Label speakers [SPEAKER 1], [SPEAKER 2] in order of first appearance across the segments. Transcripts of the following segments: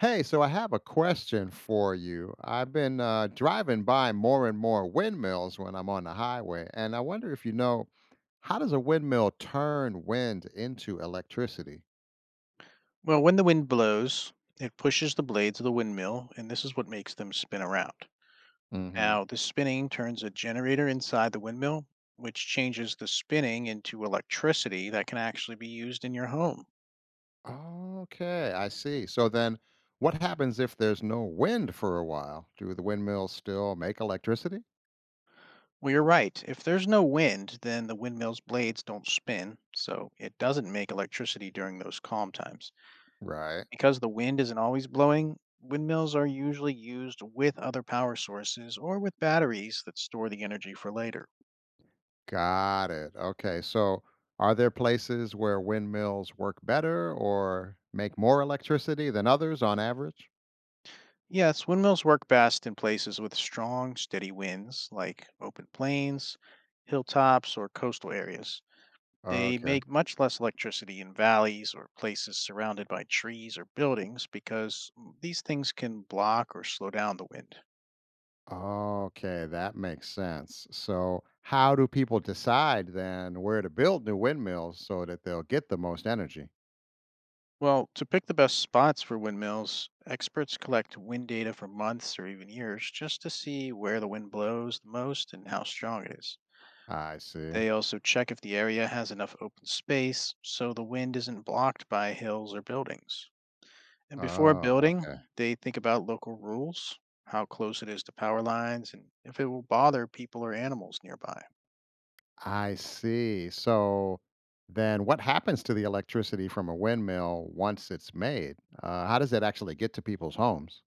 [SPEAKER 1] Hey, so I have a question for you. I've been driving by more and more windmills when I'm on the highway, and I wonder if you know, how does a windmill turn wind into electricity?
[SPEAKER 2] Well, when the wind blows, it pushes the blades of the windmill, and this is what makes them spin around.
[SPEAKER 1] Hmm.
[SPEAKER 2] Now, this spinning turns a generator inside the windmill, which changes the spinning into electricity that can actually be used in your home.
[SPEAKER 1] Okay, I see. So then, what happens if there's no wind for a while? Do the windmills still make electricity?
[SPEAKER 2] Well, you're right. If there's no wind, then the windmill's blades don't spin, so it doesn't make electricity during those calm times.
[SPEAKER 1] Right.
[SPEAKER 2] Because the wind isn't always blowing, windmills are usually used with other power sources or with batteries that store the energy for later.
[SPEAKER 1] Got it. Okay. So, are there places where windmills work better or make more electricity than others on average?
[SPEAKER 2] Yes, windmills work best in places with strong, steady winds, like open plains, hilltops, or coastal areas. They
[SPEAKER 1] Okay.
[SPEAKER 2] make much less electricity in valleys or places surrounded by trees or buildings because these things can block or slow down the wind.
[SPEAKER 1] Okay, that makes sense. So, how do people decide then where to build new windmills so that they'll get the most energy?
[SPEAKER 2] Well, to pick the best spots for windmills, experts collect wind data for months or even years just to see where the wind blows the most and how strong it is.
[SPEAKER 1] I see.
[SPEAKER 2] They also check if the area has enough open space so the wind isn't blocked by hills or buildings. And before
[SPEAKER 1] Oh,
[SPEAKER 2] building,
[SPEAKER 1] okay.
[SPEAKER 2] they think about local rules, how close it is to power lines, and if it will bother people or animals nearby.
[SPEAKER 1] I see. So, then what happens to the electricity from a windmill once it's made? How does it actually get to people's homes?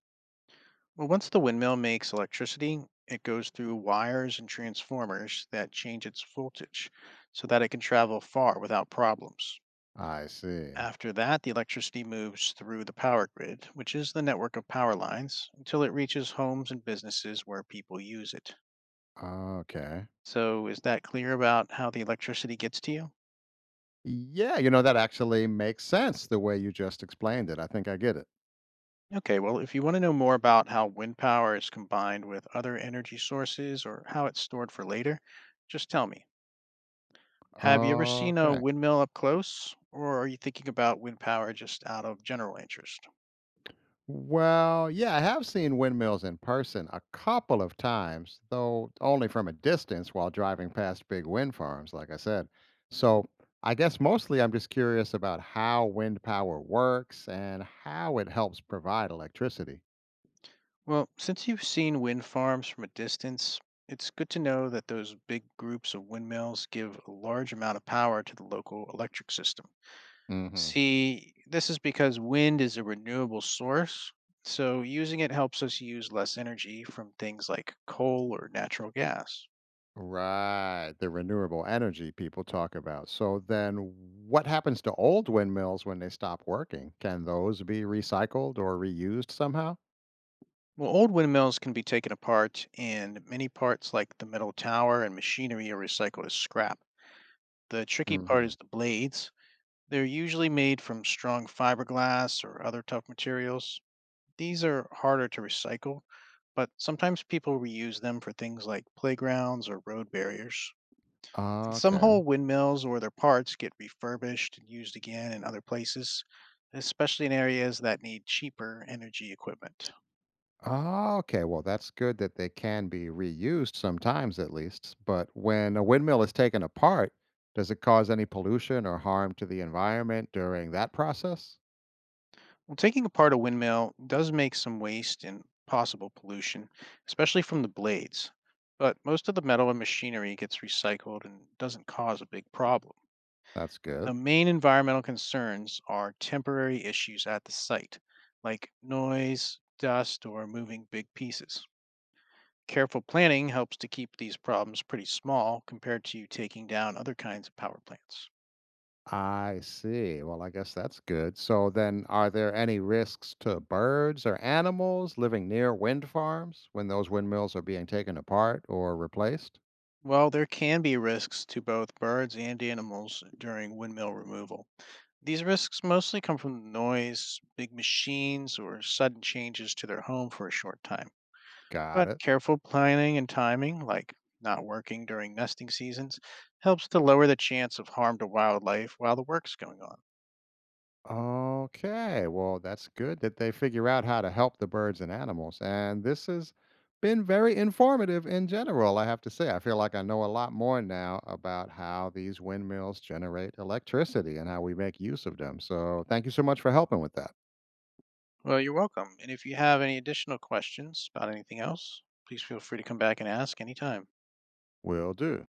[SPEAKER 2] Well, once the windmill makes electricity, it goes through wires and transformers that change its voltage so that it can travel far without problems.
[SPEAKER 1] I see.
[SPEAKER 2] After that, the electricity moves through the power grid, which is the network of power lines, until it reaches homes and businesses where people use it.
[SPEAKER 1] Okay.
[SPEAKER 2] So, is that clear about how the electricity gets to you?
[SPEAKER 1] Yeah, that actually makes sense the way you just explained it. I think I get it.
[SPEAKER 2] Okay, well, if you want to know more about how wind power is combined with other energy sources or how it's stored for later, just tell me. Have you ever seen a
[SPEAKER 1] Okay.
[SPEAKER 2] windmill up close, or are you thinking about wind power just out of general interest?
[SPEAKER 1] Well, yeah, I have seen windmills in person a couple of times, though only from a distance while driving past big wind farms, like I said.
[SPEAKER 2] Mhm.
[SPEAKER 1] So I guess mostly I'm just curious about how wind power works and how it helps provide electricity.
[SPEAKER 2] Well, since you've seen wind farms from a distance, it's good to know that those big groups of windmills give a large amount of power to the local electric system.
[SPEAKER 1] Hmm.
[SPEAKER 2] See, this is because wind is a renewable source, so using it helps us use less energy from things like coal or natural gas.
[SPEAKER 1] Right, the renewable energy people talk about. So then what happens to old windmills when they stop working? Can those be recycled or reused somehow?
[SPEAKER 2] Well, old windmills can be taken apart, and many parts like the metal tower and machinery are recycled as scrap. The tricky part
[SPEAKER 1] Hmm.
[SPEAKER 2] is the blades. They're usually made from strong fiberglass or other tough materials. These are harder to recycle, but sometimes people reuse them for things like playgrounds or road barriers. And some
[SPEAKER 1] Okay.
[SPEAKER 2] whole windmills or their parts get refurbished and used again in other places, especially in areas that need cheaper energy equipment.
[SPEAKER 1] Oh, okay. Well, that's good that they can be reused sometimes at least. But when a windmill is taken apart, does it cause any pollution or harm to the environment during that process?
[SPEAKER 2] Well, taking apart a windmill does make some waste and possible pollution, especially from the blades. But most of the metal and machinery gets recycled and doesn't cause a big problem.
[SPEAKER 1] That's good.
[SPEAKER 2] The main environmental concerns are temporary issues at the site, like noise, dust, or moving big pieces. Careful planning helps to keep these problems pretty small compared to taking down other kinds of power plants.
[SPEAKER 1] I see. Well, I guess that's good. So then, are there any risks to birds or animals living near wind farms when those windmills are being taken apart or replaced?
[SPEAKER 2] Well, there can be risks to both birds and animals during windmill removal. These risks mostly come from noise, big machines, or sudden changes to their home for a short time.
[SPEAKER 1] Got
[SPEAKER 2] But
[SPEAKER 1] it.
[SPEAKER 2] careful planning and timing, like not working during nesting seasons, helps to lower the chance of harm to wildlife while the work's going on.
[SPEAKER 1] Okay, well, that's good that they figure out how to help the birds and animals. And this has been very informative in general, I have to say. I feel like I know a lot more now about how these windmills generate electricity and how we make use of them. So thank you so much for helping with that.
[SPEAKER 2] Well, you're welcome. And if you have any additional questions about anything else, please feel free to come back and ask anytime.
[SPEAKER 1] Will do.